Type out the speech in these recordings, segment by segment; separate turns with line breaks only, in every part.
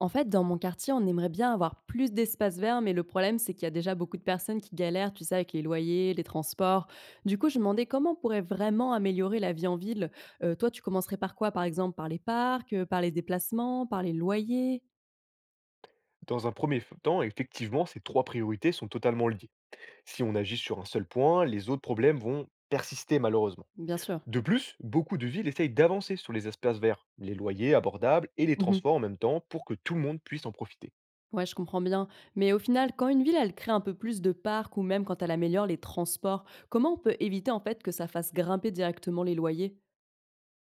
En fait, dans mon quartier, on aimerait bien avoir plus d'espace vert, mais le problème, c'est qu'il y a déjà beaucoup de personnes qui galèrent, tu sais, avec les loyers, les transports. Du coup, je me demandais comment on pourrait vraiment améliorer la vie en ville. Toi, tu commencerais par quoi, par exemple? Par les parcs, par les déplacements, par les loyers?
Dans un premier temps, effectivement, ces trois priorités sont totalement liées. Si on agit sur un seul point, les autres problèmes vont persister malheureusement.
Bien sûr.
De plus, beaucoup de villes essayent d'avancer sur les espaces verts, les loyers abordables et les
Mhm.
transports en même temps pour que tout le monde puisse en profiter.
Ouais, je comprends bien. Mais au final, quand une ville, elle crée un peu plus de parcs ou même quand elle améliore les transports, comment on peut éviter en fait que ça fasse grimper directement les loyers?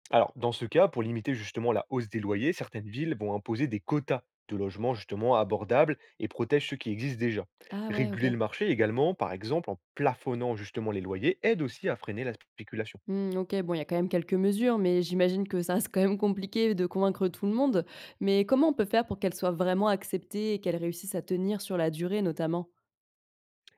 Alors, dans ce cas, pour limiter justement la hausse des loyers, certaines villes vont imposer des quotas de logements justement abordables et protègent ceux qui existent déjà.
Ah ouais, ok.
Réguler le marché également, par exemple en plafonnant justement les loyers, aide aussi à freiner la spéculation.
Mmh, OK, bon, il y a quand même quelques mesures, mais j'imagine que ça reste quand même compliqué de convaincre tout le monde. Mais comment on peut faire pour qu'elles soient vraiment acceptées et qu'elles réussissent à tenir sur la durée, notamment?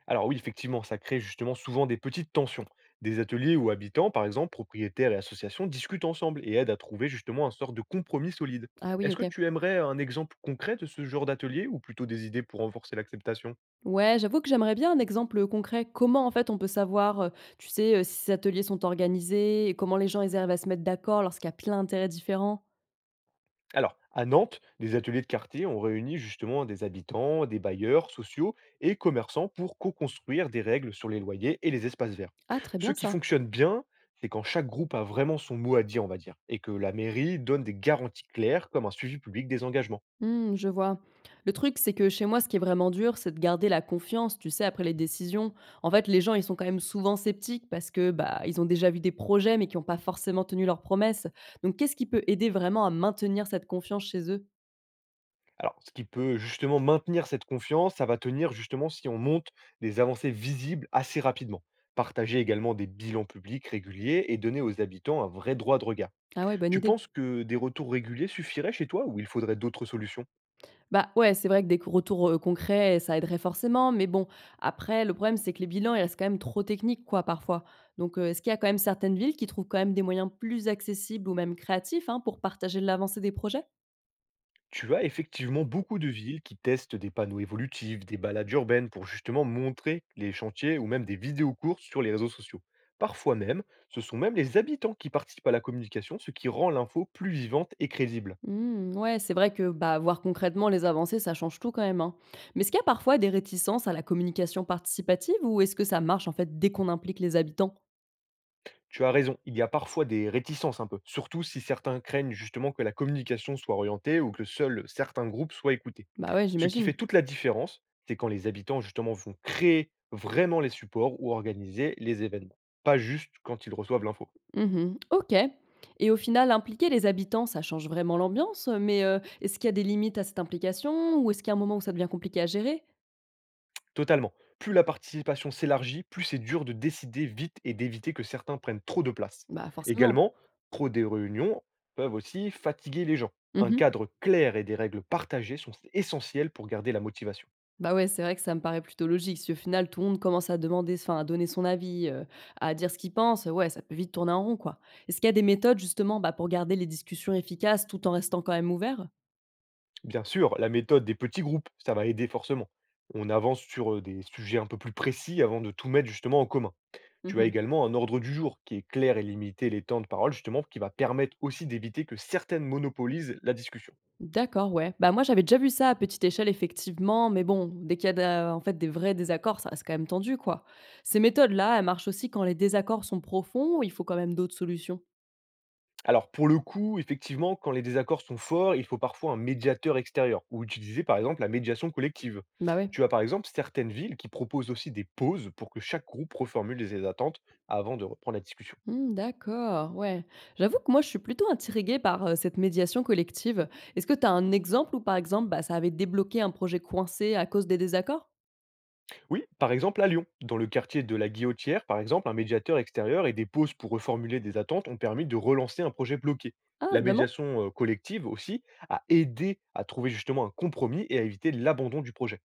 Alors oui, effectivement, ça crée justement souvent des petites tensions. Des ateliers où habitants, par exemple, propriétaires et associations discutent ensemble et aident à trouver justement un sort de compromis solide.
Ah oui,
Est-ce
OK.
que tu aimerais un exemple concret de ce genre d'atelier ou plutôt des idées pour renforcer l'acceptation?
Ouais, j'avoue que j'aimerais bien un exemple concret. Comment, en fait, on peut savoir, tu sais, si ces ateliers sont organisés et comment les gens, ils arrivent à se mettre d'accord lorsqu'il y a plein d'intérêts différents?
Alors, à Nantes, des ateliers de quartier ont réuni justement des habitants, des bailleurs sociaux et commerçants pour co-construire des règles sur les loyers et les espaces verts.
Ah, très
Ce
bien
qui
ça.
fonctionne bien, c'est quand chaque groupe a vraiment son mot à dire, on va dire, et que la mairie donne des garanties claires comme un suivi public des engagements.
Mmh, je vois. Le truc, c'est que chez moi, ce qui est vraiment dur, c'est de garder la confiance, tu sais, après les décisions. En fait, les gens, ils sont quand même souvent sceptiques parce que bah, ils ont déjà vu des projets, mais qui n'ont pas forcément tenu leurs promesses. Donc, qu'est-ce qui peut aider vraiment à maintenir cette confiance chez eux?
Alors, ce qui peut justement maintenir cette confiance, ça va tenir justement si on monte des avancées visibles assez rapidement. Partager également des bilans publics réguliers et donner aux habitants un vrai droit de regard.
Ah ouais, bonne
Tu
idée.
penses que des retours réguliers suffiraient chez toi ou il faudrait d'autres solutions?
Bah ouais, c'est vrai que des retours concrets, ça aiderait forcément, mais bon, après, le problème, c'est que les bilans, ils restent quand même trop techniques, quoi, parfois. Donc, est-ce qu'il y a quand même certaines villes qui trouvent quand même des moyens plus accessibles ou même créatifs hein, pour partager l'avancée des projets?
Tu as effectivement beaucoup de villes qui testent des panneaux évolutifs, des balades urbaines pour justement montrer les chantiers ou même des vidéos courtes sur les réseaux sociaux. Parfois même, ce sont même les habitants qui participent à la communication, ce qui rend l'info plus vivante et crédible.
Mmh, ouais, c'est vrai que, bah, voir concrètement les avancées, ça change tout quand même, hein. Mais est-ce qu'il y a parfois des réticences à la communication participative ou est-ce que ça marche en fait dès qu'on implique les habitants?
Tu as raison, il y a parfois des réticences un peu, surtout si certains craignent justement que la communication soit orientée ou que seuls certains groupes soient écoutés.
Bah ouais,
Ce qui
j'imagine.
fait toute la différence, c'est quand les habitants justement vont créer vraiment les supports ou organiser les événements, pas juste quand ils reçoivent l'info.
Mhm, ok. Et au final, impliquer les habitants, ça change vraiment l'ambiance, mais est-ce qu'il y a des limites à cette implication ou est-ce qu'il y a un moment où ça devient compliqué à gérer?
Totalement. Plus la participation s'élargit, plus c'est dur de décider vite et d'éviter que certains prennent trop de place.
Bah forcément.
Également, trop des réunions peuvent aussi fatiguer les gens. Un
Mhm.
cadre clair et des règles partagées sont essentielles pour garder la motivation.
Bah, ouais, c'est vrai que ça me paraît plutôt logique. Si au final tout le monde commence à demander enfin à donner son avis, à dire ce qu'il pense, ouais, ça peut vite tourner en rond, quoi. Est-ce qu'il y a des méthodes justement, bah, pour garder les discussions efficaces tout en restant quand même ouvert?
Bien sûr, la méthode des petits groupes, ça va aider forcément. On avance sur des sujets un peu plus précis avant de tout mettre justement en commun. Tu as
Mmh.
également un ordre du jour qui est clair et limité les temps de parole justement, qui va permettre aussi d'éviter que certaines monopolisent la discussion.
D'accord, ouais. Bah, moi j'avais déjà vu ça à petite échelle effectivement, mais bon, dès qu'il y a de en fait des vrais désaccords, ça reste quand même tendu, quoi. Ces méthodes-là, elles marchent aussi quand les désaccords sont profonds ou il faut quand même d'autres solutions?
Alors pour le coup, effectivement, quand les désaccords sont forts, il faut parfois un médiateur extérieur ou utiliser par exemple la médiation collective.
Bah, ouais.
Tu as par exemple certaines villes qui proposent aussi des pauses pour que chaque groupe reformule ses attentes avant de reprendre la discussion.
Mmh, d'accord, ouais. J'avoue que moi, je suis plutôt intriguée par, cette médiation collective. Est-ce que tu as un exemple où, par exemple, bah, ça avait débloqué un projet coincé à cause des désaccords?
Oui, par exemple à Lyon, dans le quartier de la Guillotière, par exemple, un médiateur extérieur et des pauses pour reformuler des attentes ont permis de relancer un projet bloqué.
Ah
La
vraiment?
médiation collective aussi a aidé à trouver justement un compromis et à éviter l'abandon du projet.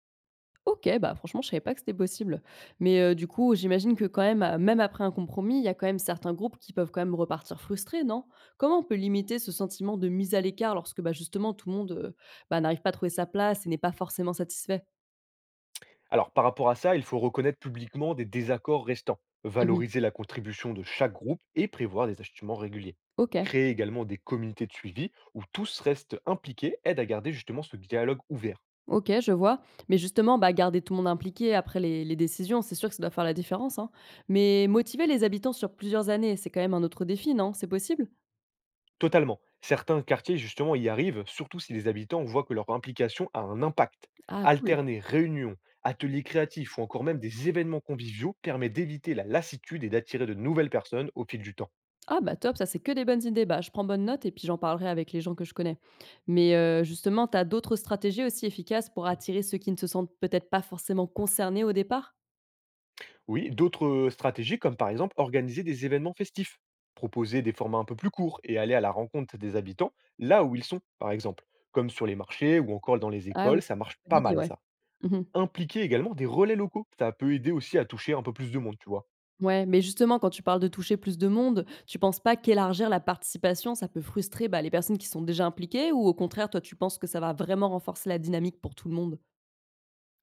OK, bah, franchement, je savais pas que c'était possible. Mais, du coup, j'imagine que quand même, même après un compromis, il y a quand même certains groupes qui peuvent quand même repartir frustrés, non? Comment on peut limiter ce sentiment de mise à l'écart lorsque, bah, justement tout le monde, bah, n'arrive pas à trouver sa place et n'est pas forcément satisfait?
Alors par rapport à ça, il faut reconnaître publiquement des désaccords restants,
Mmh.
valoriser la contribution de chaque groupe et prévoir des ajustements réguliers.
OK.
Créer également des communautés de suivi où tous restent impliqués aide à garder justement ce dialogue ouvert.
OK, je vois. Mais justement, bah, garder tout le monde impliqué après les décisions, c'est sûr que ça doit faire la différence, hein. Mais motiver les habitants sur plusieurs années, c'est quand même un autre défi, non? C'est possible?
Totalement. Certains quartiers, justement, y arrivent, surtout si les habitants voient que leur implication a un impact.
Ah cool.
Alterner réunions, ateliers créatifs ou encore même des événements conviviaux permet d'éviter la lassitude et d'attirer de nouvelles personnes au fil du temps.
Ah bah top, ça c'est que des bonnes idées. Bah, je prends bonne note et puis j'en parlerai avec les gens que je connais. Mais justement, tu as d'autres stratégies aussi efficaces pour attirer ceux qui ne se sentent peut-être pas forcément concernés au départ?
Oui, d'autres stratégies, comme par exemple organiser des événements festifs, proposer des formats un peu plus courts et aller à la rencontre des habitants là où ils sont, par exemple, comme sur les marchés ou encore dans les
Ah oui,
écoles, ça marche
bonne
pas
idée,
mal
ouais.
ça.
Mmh.
Impliquer également des relais locaux, ça peut aider aussi à toucher un peu plus de monde, tu vois.
Ouais, mais justement, quand tu parles de toucher plus de monde, tu penses pas qu'élargir la participation, ça peut frustrer, bah, les personnes qui sont déjà impliquées ou au contraire, toi, tu penses que ça va vraiment renforcer la dynamique pour tout le monde?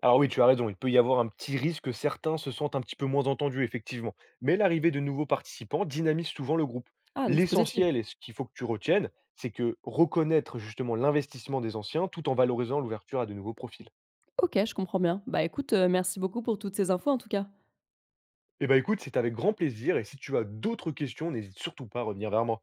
Alors oui, tu as raison, il peut y avoir un petit risque que certains se sentent un petit peu moins entendus, effectivement. Mais l'arrivée de nouveaux participants dynamise souvent le groupe.
Ah, donc c'est positif.
L'essentiel, et ce qu'il faut que tu retiennes, c'est que reconnaître justement l'investissement des anciens tout en valorisant l'ouverture à de nouveaux profils.
OK, je comprends bien. Bah, écoute, merci beaucoup pour toutes ces infos, en tout cas.
Eh ben écoute, c'est avec grand plaisir, et si tu as d'autres questions, n'hésite surtout pas à revenir vers moi.